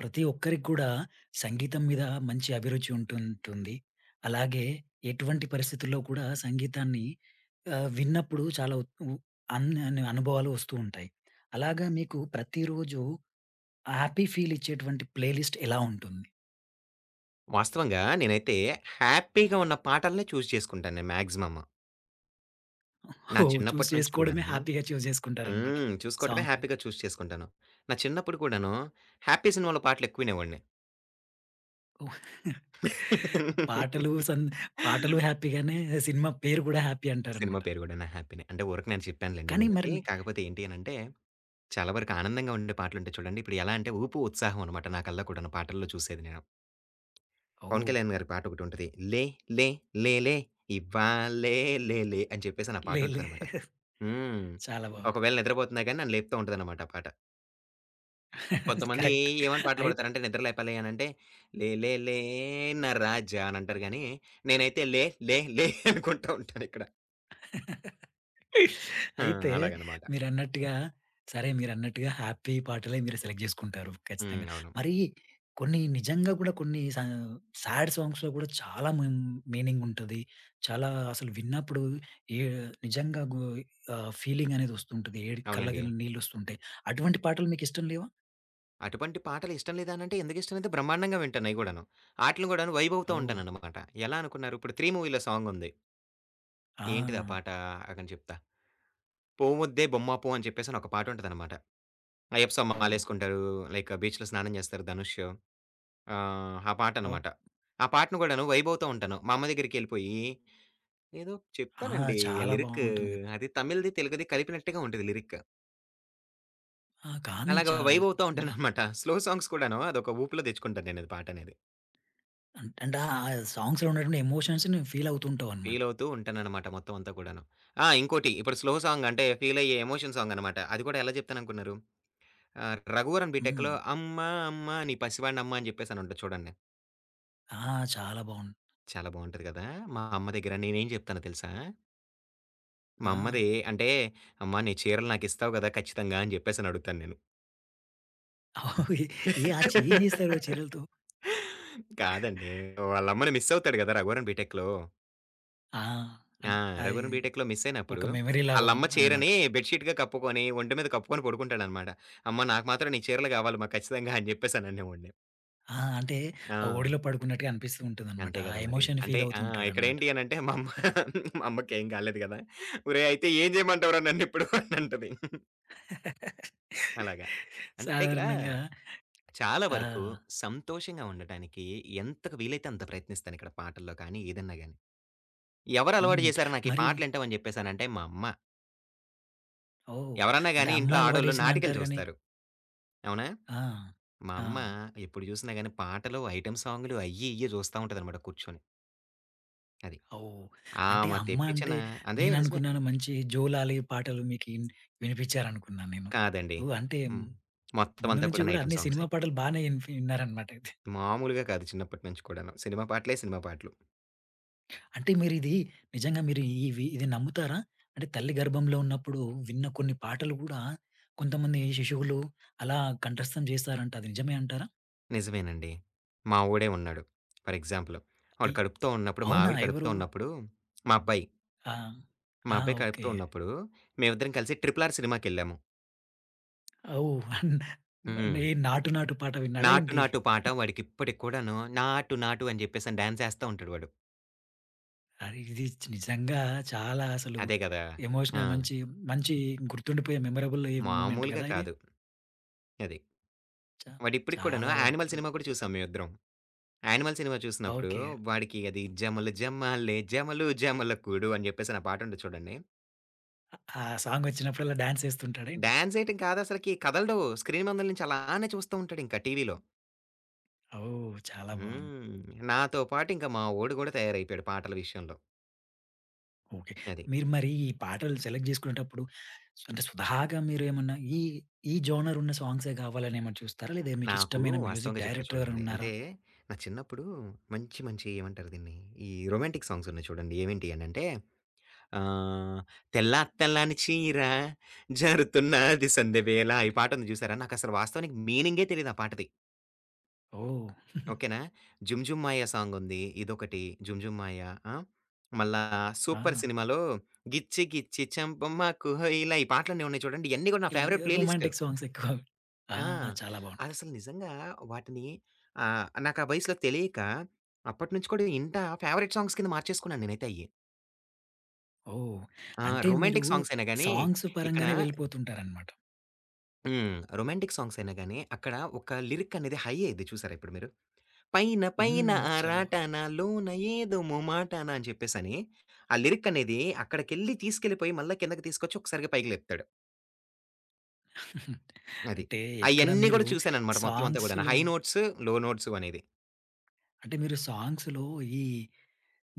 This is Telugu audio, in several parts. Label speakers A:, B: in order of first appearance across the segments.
A: ప్రతి ఒక్కరికి కూడా సంగీతం మీద మంచి అభిరుచి ఉంటుంటుంది. అలాగే ఎటువంటి పరిస్థితుల్లో కూడా సంగీతాన్ని విన్నప్పుడు చాలా ఉత్- ఉ అన్ అన్ అనుభవాలు వస్తూ ఉంటాయి. అలాగా మీకు ప్రతిరోజు హ్యాపీ ఫీల్ ఇచ్చేటువంటి ప్లేలిస్ట్ ఎలా ఉంటుంది?
B: వాస్తవంగా నేనైతే హ్యాపీగా ఉన్న పాటలనే చూజ్ చేసుకుంటాను నేను మాక్సిమమ్. నా
A: ఓహ్! చూస్
B: చిన్నప్పటి నుంచి
A: చేసుకోవడమే
B: కూడాను
A: హ్యాపీగా చూస్ చేసుకుంటారనమాట
B: హ్మ్. చూసుకోవటమే
A: సాంగ్స్.
B: హ్యాపీగా చూజ్ చేసుకుంటాను. నా చిన్నప్పుడు కూడాను 'హ్యాపీ' సినిమాలో పాటలు ఎక్కువ వినేవాడిని.
A: పాటలు సం పాటలు హ్యాపీగానే సినిమా పేరు కూడా హ్యాపీ
B: సినిమా
A: అంటారనమాట.
B: పేరు గూడాను 'హ్యాపీనే.' అంటే ఊరకనే అని చెప్పానులెండి
A: కానీ మరి
B: నేనది.
A: ని.
B: కాకపోతే ఏంటి అనంటే, చాలా వరకు ఆనందంగా ఉండే పాటలుంటాయి చూడండి. ఇప్పుడు ఎలా అంటే ఊపు, ఉత్సాహం అనమాట నా కల్లా కూడాను పాటల్లో చూసేది నేను. పవన్
A: ఓహ్!
B: కళ్యాణ్ గారి పాటొకటుంటది. 'లే లే లేలే ఇవ్వాళే లేలే' అని చెప్పేసని ఆ
A: లే లే.
B: పాటుంటదనమాట. హ్మ్.
A: చాలా బాగుంది.
B: ఒకవేళ నిద్రపోతున్నా గాని నన్ను లేపుతా ఉంటదనమాట ఆ పాట. కొంతమంది
A: కరెక్ట్.
B: ఏమని పాటలు
A: అయి
B: పాడతారంటే నిద్ర లేపాలి అనంటే, లే లే లే నా రాజా అని అంటారు గానీ, నేనైతే లే లే లే అనుకుంటా ఉంటానిక్కడ. ఆ!
A: అయితే
B: అలాగనమాట.
A: మీరన్నట్టుగా సరే మీరన్నట్టుగా హ్యాపీ పాటలే మీరు సెలెక్ట్ జేసుకుంటారు
B: హ్మ్.
A: ఖచ్చితంగా.
B: అవును.
A: మరి కొన్ని నిజంగా గూడా కొన్ని సాడ్ సాంగ్స్‌లో గూడా చాలా మీనింగ్ ఉంటది. చాలా అసలు విన్నప్పుడు ఏ నిజంగా ఫీలింగ్ అనేది వస్తుంటది. ఏడి
B: అవునండి.
A: కళ్ళకి నీళ్ళొస్తుంటాయి. అటువంటి పాటలు మీకిష్టం లేవా?
B: అటువంటి పాటలు ఇష్టం లేదా అనంటే ఎందుకిష్టమైతే బ్రహ్మాండంగా వింటాను అయి గూడాను. ఆటిలిని గూడాను వైబ్ అవుతా
A: ఓహ్!
B: ఉంటాననమాట. ఎలా అనుకున్నారు ఇప్పుడు 'త్రీ' మూవీలో సాంగుంది.
A: ఆ!
B: ఏంటిది ఆ పాట? ఆగండి చెప్తా. 'పోముద్దే బొమ్మ పో' అని చెప్పేసని ఒక పాటుంటదనమాట. అయ్యప్ప స్వామి
A: ఓహ్!
B: మాలేసుకుంటారు. లైక్ బీచ్‌లో స్నానం జేస్తారు 'ధనుష్.' ఆ! ఆ
A: ఓహ్!
B: పాటనమాట. ఆ పాటను కూడాను వైబవుతా ఉంటాను. మా అమ్మ దగ్గరికెళ్ళిపోయి, ఏదో
A: ఆ!
B: చెప్తానండి ఆ
A: చాలా
B: లిరిక్.
A: బావుంటుంది గదా!
B: అది తమిళ్‌ది, తెలుగుది కలిపినట్టుగా ఉంటది లిరిక్.
A: ఆ! కానీ
B: అలాగా
A: చా.
B: వైబవుతా ఉంటాననమాట. స్లో సాంగ్స్ కూడాను అదొక ఊపులో తెచ్చుకుంటాను నేనది పాటనేది.
A: అంటే ఆ సాంగ్స్‌లో ఉన్నటువంటి ఎమోషన్స్ నువ్వు ఫీల్ అవుతూ ఉంటావన్నమాట.
B: ఫీలవుతూ ఉంటాననమాట మొత్తం అంతా కూడాను. ఆ! ఇంకోటి ఇప్పుడు స్లో సాంగ్ అంటే ఫీలయ్యే ఎమోషన్ సాంగనమాట. అది కూడా ఎలా చెప్తాననుకున్నారు? 'రఘువరన్
A: హ్మ్.
B: బీటెక్‌లో' అమ్మ అమ్మ నీ పసివాడినమ్మ అని చెప్పేసనుంటది చూడండి.
A: ఆ! చాలా బావుంది.
B: చాలా బావుంటది కదా! మా అమ్మ దగ్గర నేనేం చెప్తానో తెలుసా? మా
A: ఆ!
B: అమ్మది అంటే, "అమ్మ నీ చీరలు నాకిస్తావు గదా! ఖచ్చితంగా" అని జెప్పేసని అడుగుతాను నేను.
A: అవి ఏ ఆ ఏం చేస్తారు ఆ చీరలతో?
B: కాదండి. వాళ్ళమ్మని మిస్ అవుతాడు గదా! 'రఘువరన్ బీటెక్‌లో'
A: ఆ! అన్
B: ఆ!
A: అది
B: 'రఘువరన్ బీటెక్‌లో' మిస్ అయినప్పుడు
A: ఒక మెమరీలాగా
B: ఆళ్ళమ్మ
A: అన్నమాట.
B: చీరని బెడ్ షీట్‌గా కప్పుకొని, ఒంటి మీద కప్పుకొని పడుకుంటాడనమాట. "అమ్మ నాకు మాత్రం నీ చీరలు గావాలమ్మ ఖచ్చితంగా" అని జెప్పేసని అనేవాడిని.
A: ఆ! అంటే
B: ఆ!
A: ఆ ఓడిలో పడుకున్నట్టుగా అనిపిస్తూ ఉంటుందన్నమాట.
B: అంతే
A: ఆ
B: గదా! మరి.
A: ఎమోషన్
B: అంటే
A: ఫీల్ అవుతూ
B: ఆ!
A: ఉంటాడన్నమాట.
B: ఇక్కడేంటి అనంటే మా అమ్మ మా అమ్మకేం కాలేదు గదా! "ఒరేయ్! అయితే ఏం జేయమంటావురా నన్నిప్పుడు" అని అంటది. అలాగా. అంటే ఇక్కడ
A: సాధారణంగా.
B: చాలా
A: ఆ!
B: వరకు సంతోషంగా ఉండటానికి ఎంతకు వీలైతే అంత ప్రయత్నిస్తాను ఇక్కడ పాటల్లో కానీ, ఏదన్నా గాని. ఎవరు అలవాటు
A: హ్మ్.
B: చేశారు నాకు ఈ
A: మరి.
B: పాటలింటావు అని చెప్పేసనంటే మా అమ్మ.
A: ఓహ్!
B: ఎవరన్నా
A: అంటే
B: గాని
A: అమ్మ
B: ఇంట్లో ఆడోళ్ళు నాటికలు
A: అలవాటేసిందంటారు గాని.
B: చూస్తారు. అవునా?
A: ఆ!
B: మా
A: ఆ!
B: అమ్మ ఎప్పుడు చూసినా గాని పాటలు, ఐటెమ్ సాంగులు అయ్యి, ఇయ్యి చూస్తా ఉంటదనమాట కూర్చొని. అది.
A: ఓహ్! అంటే
B: ఆమె
A: అమ్మ
B: తెప్పించిన
A: అంటే
B: అదే నిజమే.
A: నేననుకున్నాను మంచి జోలాలి పాటలు మీకు వినిపించారనుకున్నాను నేను.
B: కాదండి.
A: ఓహ్! అంటే
B: హ్మ్. మొత్తం
A: ముందు
B: అంతా
A: నుంచి
B: కూడాను
A: గూడా
B: ఐటెమ్
A: అన్ని సినిమా
B: సాంగ్సే.
A: పాటలు బానే విన్నారనమాట అయితే.
B: మామూలుగా కాదు చిన్నప్పటి నుంచి కూడాను. సినిమా పాటలే, సినిమా పాటలు.
A: అంటే మీరిది నిజంగా మీరు ఇది నమ్ముతారా? అంటే తల్లి గర్భంలో ఉన్నప్పుడు విన్న కొన్ని పాటలు గూడా కొంతమంది శిశువులు అలా కంఠస్థం చేస్తారంట. అది నిజమే అంటారా?
B: నిజమేనండి. మా వోడే ఉన్నాడు. ఫర్ ఎగ్జాంపుల్
A: ఈ
B: వాడు కడుపుతో ఉన్నప్పుడు, మా
A: అవునా?
B: ఆవిడ కడుపుతో
A: ఎవరు?
B: ఉన్నప్పుడు, మా అబ్బాయి,
A: ఆ!
B: మా
A: ఆ!
B: అబ్బాయి కడుపుతో
A: ఓకే.
B: ఉన్నప్పుడు మేమిద్దరం కలిసి 'ట్రిపుల్ ఆర్' సినిమాకెళ్ళాము.
A: ఓహ్! అన్
B: హ్మ్.
A: ఏ 'నాటు నాటు' పాట విన్నాడా
B: 'నాటు
A: ఏంటి?
B: నాటు' పాట వాడికి ఇప్పటికి కూడాను 'నాటు నాటు' అని చెప్పేసని డాన్స్ ఏస్తా ఉంటాడు వాడు.
A: ఇది నిజంగా చాలా అసలు
B: అదే గదా! ఆ!
A: ఎమోషనల్ మంచి మంచి గుర్తుండిపోయే మెమరబుల్ మూమెంట్ కదా
B: మామూలుగా
A: ఇది.
B: కాదు. అది.
A: చా
B: వాడిప్పటికి కూడాను
A: చాలా వరకు.
B: 'యానిమల్' సినిమా కూడా చూసాం మేమిద్దరం. 'యానిమల్' సినిమా చూసినప్పుడు
A: ఓకే.
B: వాడికి అది జమలు జమలే జమలు జమలకుడు అని చెప్పేసని ఆ పాటుంటది చూడండి.
A: ఆ సాంగ్ వచ్చినప్పుడల్లా డాన్స్ ఏస్తుంటాడా ఏంటి?
B: డాన్స్ ఏయటం కాదసలకి కదలడు. స్క్రీన్ ముందల నుంచి అలానే చూస్తూ ఉంటాడింకా టీవీలో.
A: ఓహ్! చాలా బాగుంది.
B: హ్మ్. నాతో పాటు ఇంకా మా వోడు గూడా తయారైపోయాడు పాటల విషయంలో.
A: ఓకే.
B: అది.
A: మీరు మరి ఈ పాటలు సెలెక్ట్ చేసుకునేటప్పుడు అంటే సుధాగా మీరేమన్నా ఈ ఈ జోనర్ ఉన్న సాంగ్సే కావాలని ఏమైనా చూస్తారా? లేదా మీకు
B: నాకు
A: ఇష్టమైన మ్యూజిక్
B: వాస్తవంగా చెప్తా
A: డైరెక్టర్ ఎవరైనా
B: చూడండి.
A: ఉన్నారా?
B: అంటే నా చిన్నప్పుడు మంచి మంచి ఏమంటారు దీన్ని? ఈ రొమాంటిక్ సాంగ్స్ ఉన్నాయి చూడండి. ఏవేంటి అనంటే ఆహ్, 'తెల్ల తెల్లని చీర జారుతున్నది సందెవేళ' ఈ పాటుంది చూసారా? నాకసలు వాస్తవానికి మీనింగే తెలీదు ఆ పాటది.
A: ఓహ్!
B: ఓకేనా. 'జుమ్ జుమ్ మాయ' సాంగుంది. ఇదొకటి 'జుమ్ జుమ్ మాయ' ఆ! మళ్ళా
A: ఆ!
B: 'సూపర్' సినిమాలో 'గిచ్చి గిచ్చి చంపమాకు హొయలా' ఈ పాటలన్నీ ఉన్నాయి చూడండి. ఇయన్నీ కూడా నా
A: ఇలాంటి
B: favourite play list.
A: Romantic songs ఎక్కువ. ఆ!
B: ఆ!
A: చాలా బాగుంటాయి.
B: అదసలు నిజంగా వాటిని నాకు ఆ వయసులో తెలియక అప్పటినుంచి కూడా ఇంటా ఫేవరెట్ సాంగ్స్ కింద మార్చేసుకున్నాను నేనైతే అయి.
A: ఓహ్!
B: ఆ!
A: అంటే మీరు
B: రొమాంటిక్ సాంగ్స్ అయినా గాని
A: సాంగ్స్
B: ఇక్కడ
A: పరంగానే వెళ్ళిపోతుంటారనమాట.
B: హ్మ్. రొమాంటిక్ సాంగ్స్ అయినా గాని అక్కడ ఒక లిరిక్ అనేది హై అయ్యిద్ది చూసారా ఇప్పుడు మీరు? పైన పైన
A: హ్మ్.
B: ఆ
A: చాలా
B: రాటాన లోన ఏదో మొమాటాన అని చెప్పేసని, ఆ లిరిక్ అనేది అక్కడికెళ్ళి తీసుకెళ్ళిపోయి మళ్ళా కిందకి తీసుకొచ్చి ఒకసారిగా పైకి లేపుతాడు. అది.
A: అంటే ఎక్కడ
B: అయన్నీ
A: మీరు
B: గూడా చూసాననమాట మొత్తం అంతా గూడాను.
A: సాంగ్స్‌లో
B: హై నోట్స్, లో నోట్స్ అనేది.
A: అంటే మీరు సాంగ్స్‌లో ఈ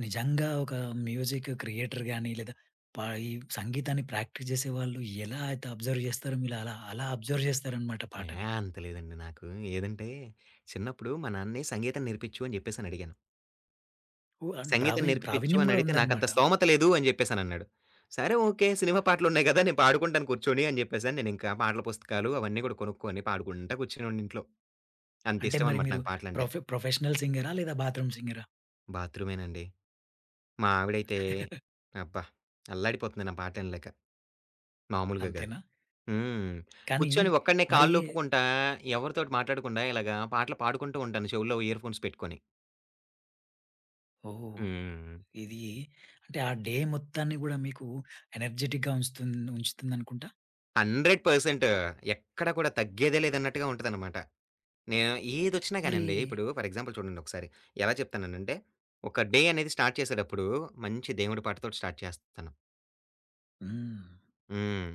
A: నిజంగా ఒక మ్యూజిక్ క్రియేటర్ గాని లేదా ప ఈ సంగీతాన్ని ప్రాక్టీస్ చేసేవాళ్ళు ఎలా అయితే అబ్జర్వ్ చేస్తారో మీరు అలా, అలా అబ్జర్వ్ చేస్తారనమాట
B: "ఏహ్!
A: పాటని.
B: అంత లేదండి నాకు. ఏదంటే చిన్నప్పుడు మా నాన్నని సంగీతం నేర్పించు" అని జెప్పేసని అడిగాను.
A: ఓహ్! అండ్
B: సంగీతం నేర్పించు
A: ప్రావీణ్యం
B: అని
A: కూడా
B: అడిగితే "నాకంత
A: ఉందన్నమాట.
B: స్తోమత లేదు" అని జెప్పేసనన్నాడు. సరే ఓకే. సినిమా పాటలున్నాయి గదా! నేను పాడుకుంటాను కూర్చొని అని జెప్పేసని నేనింకా పాటల పుస్తకాలు అవన్నీ గూడా కొనుక్కొని పాడుకుంటా కూర్చునేవాడిని ఇంట్లో.
A: అంటే మరి
B: అంతిష్టమనమాట
A: మీరు
B: నాకు పాటలంటే.
A: ప్రొఫెషనల్ సింగరా? లేదా బాత్రూమ్ సింగరా?
B: బాత్రూమేనండి. మా ఆవిడైతే అబ్బా! అల్లాడిపోతుంది నా పాటనలేక. మామూలుగా కాదు.
A: అంతేనా?
B: హ్మ్.
A: కానీ
B: కూర్చొని ఒక్కడినే
A: మరి.
B: కాళ్ళూపుకుంటా, ఎవరితోటి మాట్లాడకుండా ఇలాగా పాటలు పాడుకుంటూ ఉంటాను చెవుల్లో ఇయర్‌ఫోన్స్ పెట్టుకొని.
A: ఓహ్!
B: హ్మ్.
A: ఇది అంటే ఆ డే మొత్తాన్ని గూడా మీకు ఎనర్జిటిక్‌గా ఉంచుతుందనుకుంటా.
B: 100% ఎక్కడ కూడా తగ్గేదే లేదన్నట్టుగా ఉంటదనమాట. నేను ఏదొచ్చినా
A: మరి.
B: గానండి, ఇప్పుడు ఫర్ ఎగ్జాంపుల్ చూడండి ఒకసారి. ఎలా చెప్తాననంటే, ఒక డే అనేది స్టార్ట్ చేసేటప్పుడు మంచి దేవుడి పాటతోటి స్టార్ట్ చేస్తాను.
A: హ్మ్.
B: హ్మ్.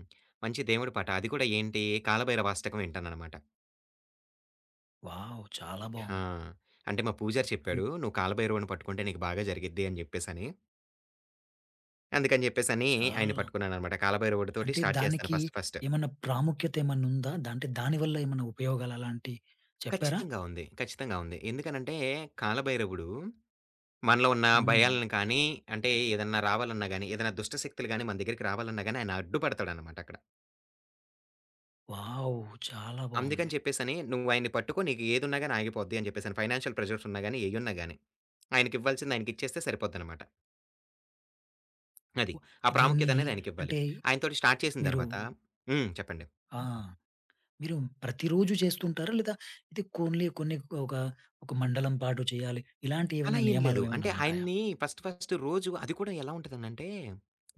B: మంచి దేవుడి పాట. అది కూడా ఏంటి, కాలభైరవ అష్టకం వింటాననమాట.
A: వావ్! చాలా
B: ఆ!
A: బావుంది.
B: అంటే మా పూజారి
A: అన్
B: చెప్పాడు. "నువ్వు కాలభైరవుడిని పట్టుకుంటే నీకు బాగా జరిగిద్ది" అని జెప్పేసని. అందుకని జెప్పేసని ఆయన్ని
A: చాలా.
B: పట్టుకున్నాననమాట. కాలభైరవుడితోటి
A: అంటే
B: స్టార్ట్ చేస్తాను
A: దానికి
B: ఫస్ట్ ఫస్ట్.
A: ఏమన్నా ప్రాముఖ్యత ఏమన్నా ఉందా? అంటే దాని వల్ల ఏమన్నా ఉపయోగాలు అలాంటియి చెప్పారా?
B: ఖచ్చితంగా ఉంది. ఖచ్చితంగా ఉంది. ఎందుకనంటే కాలభైరవుడు మనలో ఉన్న
A: హ్మ్.
B: భయాలను కానీ, అంటే ఏదన్నా రావాలన్నా గానీ, ఏదైనా దుష్ట శక్తులు గానీ మన దగ్గరికి రావాలన్నా గానీ ఆయన అడ్డుపడతాడనమాట అక్కడ.
A: వావ్! చాలా బావుంది.
B: అందుకని చెప్పేసని "నువ్వు ఆయన్ని పట్టుకో నీకు ఏదున్నా గానీ ఆగిపోద్ది" అని జెప్పేసని. ఫైనాన్షియల్ ప్రెషర్స్ ఉన్నా గానీ, ఏయున్నా గానీ ఆయనకివ్వాల్సింది ఆయనకిచ్చేస్తే సరిపోద్దనమాట. అది.
A: వ
B: ఆ ప్రాముఖ్యత
A: దీన్ని
B: అనేది ఆయనకివ్వాలి.
A: అంటే
B: ఆయనతోటి స్టార్ట్ చేసిన
A: మీరు.
B: తర్వాత హ్మ్. చెప్పండి.
A: ఆ! మీరు ప్రతిరోజు చేస్తుంటారా? లేదా ఇది కొన్ని కొన్ని ఒక ఒక మండలం పాటు చేయాలి. ఇలాంటి
B: అలా
A: ఏవైనా
B: ఏం
A: నియమాలు
B: లేదు.
A: ఏమైనా
B: అంటే
A: ఉంటాయా?
B: ఆయన్ని ఫస్ట్ ఫస్ట్ రోజు అది కూడా ఎలా ఉంటదనంటే,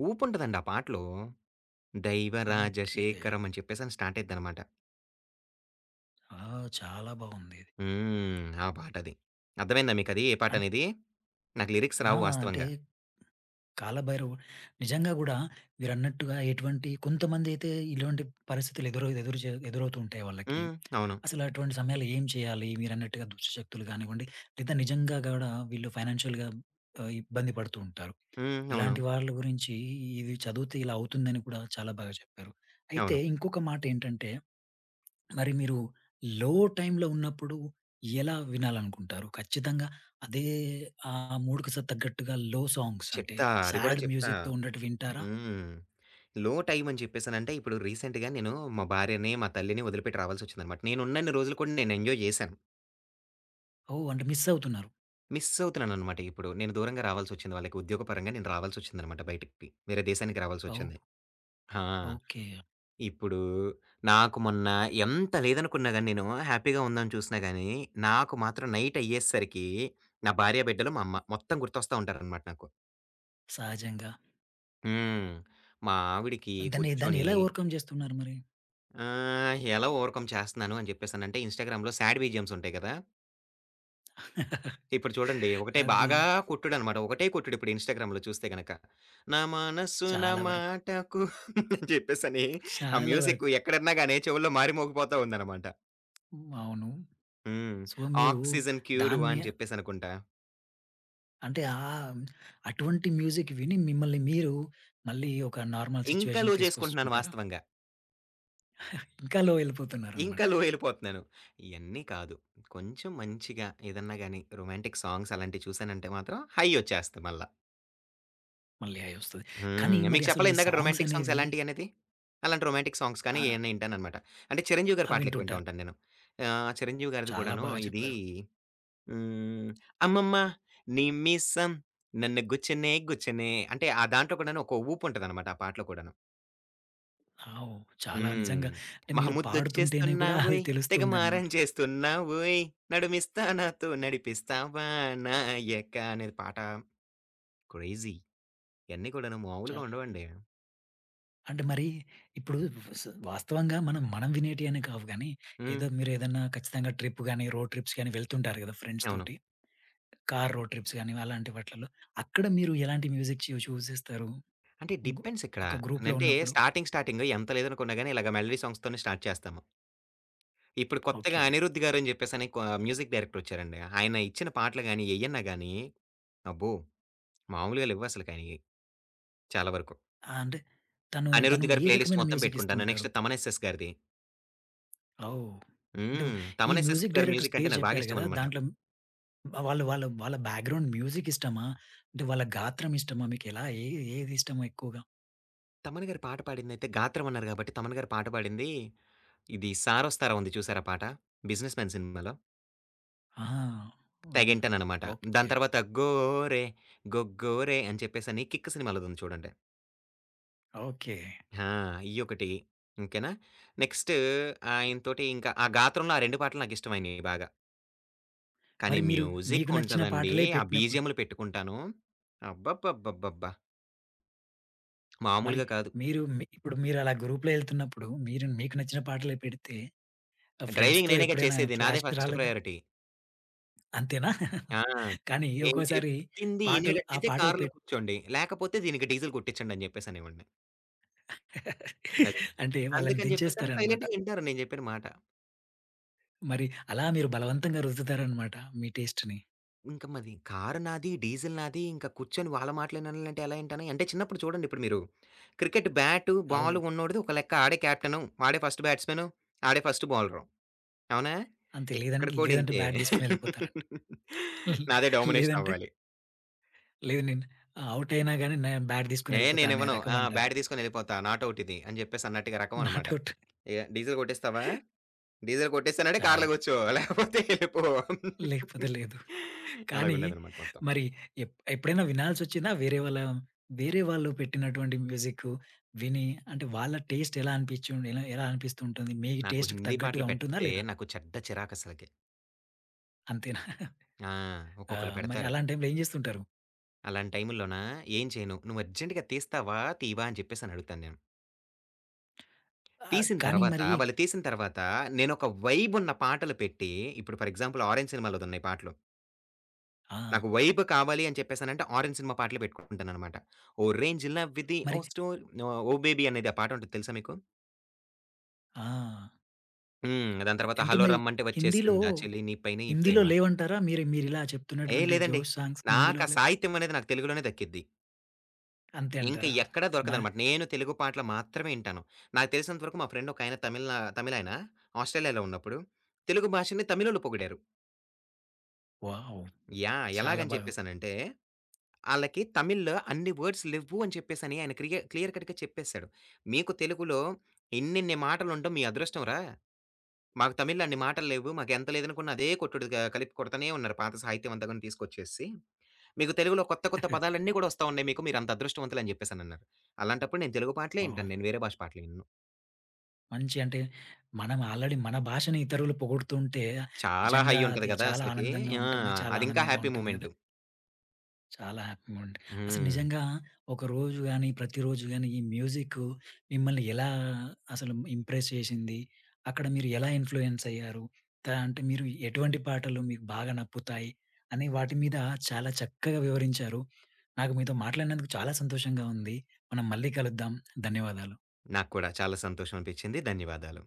B: ఊపుంటదండి ఆ పాటలో.
A: ఓకే.
B: 'దైవరాజశేఖరం' అని చెప్పేసని స్టార్ట్ అయిద్దనమాట.
A: ఆ! చాలా బావుంది.
B: హ్మ్. ఆ పాటది. అర్థమైందా మీకది ఏ
A: అం
B: పాటనేది? నాకు లిరిక్స్
A: ఆ!
B: రావు
A: అంటే
B: వాస్తవంగా.
A: కాలభైరవ నిజంగా గూడా మీరన్నట్టుగా ఎటువంటి కొంతమందైతే ఇలాంటి పరిస్థితులు ఎదురు ఎదురు చే ఎదురవుతూ ఉంటాయి వాళ్ళకి.
B: హ్మ్. అవును.
A: అసలు అటువంటి సమయాల్లో ఏం చేయాలి? మీరన్నట్టుగా దుష్ట శక్తులు కానివ్వండి, లేదా నిజంగా గూడా వీళ్ళు ఫైనాన్షియల్‌గా ఇబ్బంది పడుతూ ఉంటారు.
B: హ్మ్. అవును.
A: ఇలాంటి వాళ్ళ గురించి ఇది చదివితే ఇలా అవుతుందని కూడా చాలా బాగా చెప్పారు. అయితే
B: అవును.
A: ఇంకొక మాట ఏంటంటే మరి మీరు లో టైమ్‌లో ఉన్నప్పుడు ఎలా వినాలనుకుంటారు? ఖచ్చితంగా అదే ఆ మూడ్‌కి తగ్గట్టుగా లో సాంగ్స్ అంటే
B: చెప్తా. అది కూడా
A: సాడ్
B: చెప్తా.
A: మ్యూజిక్‌తో ఉండేటివి వింటారా?
B: హ్మ్. లో టైమ్ అని చెప్పేసనంటే, ఇప్పుడు రీసెంట్‌గా నేను మా భార్యని, మా తల్లిని వదిలిపెట్టి రావాల్సొచ్చిందనమాట. నేనున్నన్ని రోజులు కూడా నేను ఎంజాయ్ జేశాను.
A: ఓహ్! అంటే మిస్ అవుతున్నారు.
B: మిస్ అవుతున్నాననమాట ఇప్పుడు. నేను దూరంగా రావాల్సొచ్చింది వాళ్ళకి. ఉద్యోగపరంగా నేను రావాల్సొచ్చిందనమాట బయటికి. వేరే దేశానికి
A: ఓహ్!
B: రావాల్సొచ్చింది. ఆ!
A: ఓకే.
B: ఇప్పుడు నాకు మొన్న ఎంత లేదనుకున్నా గాని నేను హ్యాపీగా ఉందాని చూసినా గాని, నాకు మాత్రం నైట్ అయ్యేసరికి నా భార్య, బిడ్డలు, మా అమ్మ మొత్తం గుర్తొస్తా ఉంటారనమాట నాకు.
A: సహజంగా.
B: హ్మ్. మా ఆవిడకి
A: దాన్ని దాన్ని
B: కూర్చొని
A: ఎలా ఓవర్‌కమ్ చేస్తున్నారు మరి?
B: ఎలా ఓవర్‌కమ్ చేస్తున్నాను అని చెప్పేసనంటే, ఇన్‌స్టాగ్రామ్‌లో సాడ్ బీజీఎమ్స్ ఉంటాయి కదా! ఇప్పుడు చూడండి ఒకటే
A: అది
B: బాగా కొట్టుడనమాట. ఒకటే కొట్టుడు ఇప్పుడు ఇన్‌స్టాగ్రామ్‌లో చూస్తే గనక. నా మనస్సు నా
A: చాలా వరకు.
B: మాటకు అని చెప్పేసని ఆ
A: చాలా
B: మ్యూజిక్
A: వరకు.
B: ఎక్కడన్నా గాని చెవుల్లో మారుమోగిపోతా ఉందనమాట.
A: హ్మ్. అవును.
B: హ్మ్.
A: సో, మీరు
B: ఆక్సిజన్ క్యూరువా
A: దాన్ని
B: అని చెప్పేసనుకుంటా.
A: అంటే అటువంటి మ్యూజిక్ విని మిమ్మల్ని మీరు మళ్ళీ ఒక నార్మల్
B: ఇంకా లో
A: సిట్యుయేషన్‌కి
B: చేసుకుంటున్నాను
A: తీసుకొచ్చుకుంటారా?
B: వాస్తవంగా.
A: ఇంకా లో వెళ్ళిపోతున్నారనమాట.
B: ఇంకా లో ఎళ్ళిపోతున్నాను. ఇయన్నీ కాదు. కొంచెం మంచిగా ఏదన్నా గాని రొమాంటిక్ సాంగ్స్ అలాంటివి చూసానంటే మాత్రం హై ఒచ్చేస్తది మళ్ళా.
A: మళ్ళీ హై వస్తది. కానీ
B: హ్మ్.
A: మరి
B: మీకు
A: అసలు
B: చెప్పలా
A: ఈ
B: ఇందాక
A: సాంగ్స్
B: రొమాంటిక్ సాంగ్స్
A: అనేవి
B: ఎలాంటియనేది? అలాంటి రొమాంటిక్ సాంగ్స్ కానీ
A: ఆహ్,
B: ఏయన్నా ఇంటాననమాట. అంటే 'చిరంజీవి' గారి
A: ఆహ్,
B: పాటలెక్కువ వింటా
A: వింటుంటారు.
B: ఉంటాను నేను. 'చిరంజీవి' గారిది
A: చాలా
B: కూడాను
A: బాగా
B: ఇది
A: చెప్పారు.
B: హ్మ్. అమ్మమ్మ నీ మీసం నన్ను గుచ్చనే గుచ్చనే అంటే ఆ దాంట్లో కూడాను ఒక ఊపు ఉంటదనమాట ఆ పాటలో కూడాను.
A: ఆవ్. చాలా
B: హ్మ్.
A: నిజంగా అంటే మీరు పాడుతుంటేనే కూడా అది
B: మహముద్దొచ్చేస్తున్నావోయ్! తెగ మారం
A: తెలుస్తుందనమాట.
B: చేస్తున్నావోయ్! నడుమిస్తా నాతో నడిపిస్తావా నాయక అనేది పాట క్రేజీ. ఇయన్నీ కూడాను మామూలుగా
A: చాలా
B: ఉండవండి.
A: అంటే మరి ఇప్పుడు వాస్తవంగా మనం వినేటియనే కావు గానీ,
B: హ్మ్.
A: ఏదో మీరేదన్నా ఖచ్చితంగా ట్రిప్ గాని, రోడ్ ట్రిప్స్ గాని వెళ్తుంటారు గదా! ఫ్రెండ్స్
B: అవును.
A: తోటి. కార్ రోడ్ ట్రిప్స్ గాని అలాంటి వాటిలలో. అక్కడ మీరు ఎలాంటి మ్యూజిక్ చూజ్ చేస్తారు?
B: అంటే
A: గు
B: డిపెండ్స్ ఇక్కడ.
A: ఒక గ్రూప్‌లో
B: అంటే
A: ఉన్నప్పుడు?
B: స్టార్టింగ్ ఎంత లేదనుకున్నా గాని ఇలాగ మెలోడీ సాంగ్స్‌తోనే స్టార్ట్ చేస్తాము. ఇప్పుడు కొత్తగా
A: ఓకే.
B: 'అనిరుద్' గారని చెప్పేసని కొ మ్యూజిక్ డైరెక్టర్ వచ్చారండి. ఆయన ఇచ్చిన పాటలు గాని, ఎయన్నా గాని అబ్బో! మామూలుగా లెవ్వసలకి ఆయనయి చాలా వరకు.
A: ఆ! అంటే తను
B: 'అనిరుద్' గారి
A: ఏ
B: ప్లే లిస్ట్
A: రకమైన
B: మొత్తం
A: మ్యూజిక్
B: పెట్టుకుంటాను.
A: ఇస్తుంటారు?
B: నెక్స్ట్ 'తమన్ ఎస్ఎస్' గారిది.
A: ఓహ్! అంటే
B: హ్మ్.
A: ఈ
B: 'తమన్ ఎస్ఎస్'
A: మ్యూజిక్
B: గారి
A: డైరెక్టర్స్
B: మ్యూజిక్ అంటే
A: పేరు
B: నాకు బాగా
A: చెప్పారు గదా!
B: ఇష్టమనమాట.
A: దాంట్లో వాళ్ళ వాళ్ళ బ్యాక్‌గ్రౌండ్ మ్యూజిక్ ఇష్టమా? అంటే వాళ్ళ గాత్రం ఇష్టమా? మీకెలా ఏది ఇష్టము ఎక్కువగా?
B: తమన్ గారు పాట పాడిందయితే 'గాత్రం' అన్నారు కాబట్టి తమన్ గారు పాట పాడింది ఇది 'సారోస్తారా' ఉంది చూసారా పాట? 'బిజినెస్ మ్యాన్' సినిమాలో.
A: ఆహా! హ్మ్.
B: తెగింటాననమాట.
A: ఓకే.
B: దాని తర్వాత 'గోరె గొగ్గోరె' అని చెప్పేసని 'కిక్' సినిమాలోదుంది చూడండి.
A: ఓకే.
B: ఆ! ఇయ్యొకటి. ఓకేనా. నెక్స్ట్ ఆయనతోటి ఇంకా ఆ గాత్రంలో ఆ 2 పాటలు నాకిష్టమైనయి బాగా. కానీ
A: మరి మీరు
B: మ్యూజిక్
A: మీకు నచ్చిన
B: ఉంటదండి.
A: పాటలే
B: ఆ
A: పెట్టినప్పుడు
B: బీజీఎంలు పెట్టుకుంటాను. అబ్బబ్బబ్బబ్బబ్బా!
A: మరి
B: మామూలుగా కాదు.
A: మీరు మీ ఇప్పుడు మీరు అలా గ్రూప్‌లో ఎళ్తున్నప్పుడు మీరు మీకు నచ్చిన పాటలే పెడితే
B: డ్రైవింగ్
A: ఫ్రెండ్స్‌తో
B: నేనేగా
A: ఎప్పుడైనా
B: చేసేది. నాదే
A: క్లాష్‌కి
B: ఫస్ట్
A: రాలేదా?
B: ప్రయారిటీ.
A: అంతేనా?
B: ఆ!
A: కానీ
B: నేను
A: ఒక్కోసారి
B: చెప్పింది
A: పాటలు ఆ
B: ఇనేటట్టయితే
A: పాటలు
B: కారులో
A: పెట్
B: కూర్చోండి. లేకపోతే దీనికి డీజిల్ కొట్టించండి అని చెప్పేసనేవాడిని. అది.
A: అంటే వాళ్ళని
B: అందుకని చెప్పేసని
A: దించేస్తారనమాట.
B: సైలెంట్‌గా ఇంటారు నేను చెప్పిన మాట.
A: మరి అలా మీరు బలవంతంగా రుద్దుతారనమాట మీ టేస్ట్‌ని.
B: ఇంక మరి కారు నాది, డీజిల్ నాది. ఇంక కూర్చొని వాళ్ళ మాటలేనాలంటే ఎలా వింటాను? అంటే చిన్నప్పుడు చూడండి ఇప్పుడు మీరు క్రికెట్ బ్యాటు,
A: అవు
B: బాలు ఉన్నోడిది ఒక లెక్క ఆడే కెప్టెను, ఆడే ఫస్ట్ బ్యాట్స్‌మెను, ఆడే ఫస్ట్ బౌలరు. అవునా?
A: అంతే
B: ఇక్కడ
A: లేదంటే,
B: కూడా
A: లేదంటే
B: ఇంతే.
A: బ్యాట్ తీసుకొనెళ్ళిపోతారు.
B: నాదే డామినేషన్
A: లేదంటే
B: అవ్వాలి.
A: లేదు నేను ఔట్ అయినా గాని నేను బ్యాట్
B: "ఏహ్!
A: తీసుకొనెళ్ళిపోతా అనే
B: నేనివ్వను.
A: రకం
B: ఆ!
A: అంటారు.
B: బ్యాట్ తీసుకొని ఎళ్ళిపోతా. నాట్ ఔట్ ఇది" అని చెప్పేసి అన్నట్టుగా రకం
A: నాట్
B: అన్నమాట.
A: ఔట్.
B: "ఏ డీజిల్ కొట్టేస్తావా? డీజిల్ కొట్టేస్తానంటే
A: చా
B: కార్‌లో కూర్చో లేకపోతే ఎళ్ళిపో."
A: లేకపోతే లేదు. కానీ
B: అలాగుండేదన్నమాట మొత్తం.
A: మరి ఎప్పుడైనా వినాల్సొచ్చినా వేరే వాళ్ళు పెట్టినటువంటి మ్యూజిక్ విని అంటే వాళ్ళ టేస్ట్ ఎలా అనిపిచ్చి ఎలా ఎలా అనిపిస్తూ ఉంటుంది? మీ
B: నాకు
A: టేస్ట్‌కి
B: హిందీ పాటలు
A: తగ్గట్టుగా ఉంటుందా
B: పెడితే
A: లేదా?
B: నాకు చెడ్డ చిరాకసలకి.
A: అంతేనా?
B: ఆ!
A: ఆ!
B: ఒక్కొక్కళ్ళు
A: మరి
B: పెడతారు.
A: అలాంటి టైంలో ఏం చేస్తుంటారు?
B: అలాంటి టైముల్లోన ఏం చేయను. "నువ్వు అర్జెంట్‌గా తీస్తావా? తీవా?" అని చెప్పేసని అడుగుతాను నేను.
A: కానీ మరి.
B: తీసిన తర్వాత నేనొక వైబున్న పాటలు పెట్టి ఇప్పుడు ఫర్ ఎగ్జాంపుల్ 'ఆరెంజ్' సినిమాలోదున్నాయి పాటలు.
A: ఆ!
B: నాకు వైబ్ కావాలి అని చెప్పేసనంటే 'ఆరెంజ్' సినిమా పాటలు పెట్టుకుంటాననమాట. 'ఓ రేంజ్ లవ్ ఇది
A: మరి.
B: ఓ స్టోరీ ఓ బేబీ' అనేది ఆ పాటుంటది తెలుసా మీకు?
A: ఆ!
B: హ్మ్. దాని తర్వాత
A: అంటే
B: 'హలో
A: మరి
B: రమ్మంటే
A: హిందీలో,
B: వచ్చేసిందా చెలి నీ పైనే ఈ
A: హిందీలో
B: ప్రేమ.'
A: లేవంటారా? మీరిలా
B: ఏ
A: చెప్తున్నటువంటి
B: లేదండి.
A: 'జోష్' సాంగ్స్
B: నాకు
A: హిందీలో
B: ఆ
A: లేవు.
B: సాహిత్యం అనేది నాకు తెలుగులోనే దక్కిద్ది.
A: అంతే
B: ఇంక
A: అంటారా?
B: ఎక్కడా
A: మ
B: దొరకదనమాట. నేను తెలుగు పాటలు మాత్రమే ఇంటాను. నాకు తెలిసినంత వరకు మా ఫ్రెండ్ ఒకాయన తమిళాయన ఆస్ట్రేలియాలో ఉన్నప్పుడు తెలుగు భాషని తమిళోళ్ళు పొగిడారు.
A: వావ్!
B: యాహ్!
A: చాలా
B: ఎలాగని
A: బాగా.
B: చెప్పేసనంటే, ఆళ్ళకి తమిళ్‌లో అన్ని వర్డ్స్ లెవ్వు అని చెప్పేసని ఆయన క్లియర్ కట్‌గా చెప్పేసాడు. మీకు తెలుగులో ఇన్నిన్ని మాటలుండవు మీ అదృష్టం రా! మాకు తమిళ్‌లో అన్ని మాటలు లేవు. మాకెంత లేదనుకున్నా అదే కొట్టుడు కలిపి కొడతానే ఉన్నారు పాత సాహిత్యం అంతా గాని తీసుకొచ్చేసి మీకు తెలుగులో కొత్త కొత్త పదాలన్నీ కూడా వస్తా ఉన్నాయి మీకు. మీరంత అదృష్టవంతులని జెప్పేసనన్నారు. అలాంటప్పుడు నేను తెలుగు పాటలే ఇంటాను.
A: వావ్!
B: నేను వేరే భాష పాటలు ఇనను.
A: మంచి అంటే మనం ఆల్రెడీ మన భాషని ఇతరులు పొగుడుతుంటే
B: చాలా హై
A: నిజంగా
B: ఉంటది
A: అది
B: గదా!
A: చాలా
B: అసలకి.
A: ఆనందంగా
B: ఆ!
A: ఉంటుంది. చాలా
B: అదింకా
A: ఆనందంగా
B: హ్యాపీ
A: ఉంటుంది గదా!
B: మూమెంటు.
A: చాలా హ్యాపీగా ఉండే అసలు
B: హ్మ్.
A: నిజంగా ఒకరోజు గాని, ప్రతిరోజు గాని ఈ మ్యూజిక్ మిమ్మల్ని ఎలా అసలు ఇంప్రెస్ చేసింది? అక్కడ మీరు ఎలా ఇన్‌ఫ్లూయెన్స్ అయ్యారు? అంటే మీరు ఎటువంటి పాటలు మీకు బాగా నప్పుతాయి? అని వాటి మీద చాలా చక్కగా వివరించారు. నాకు మీతో మాట్లాడినందుకు చాలా సంతోషంగా ఉంది. మనం మళ్ళీ కలుద్దాం. ధన్యవాదాలు.
B: నాకు కూడా చాలా సంతోషం అనిపిచ్చింది. ధన్యవాదాలు.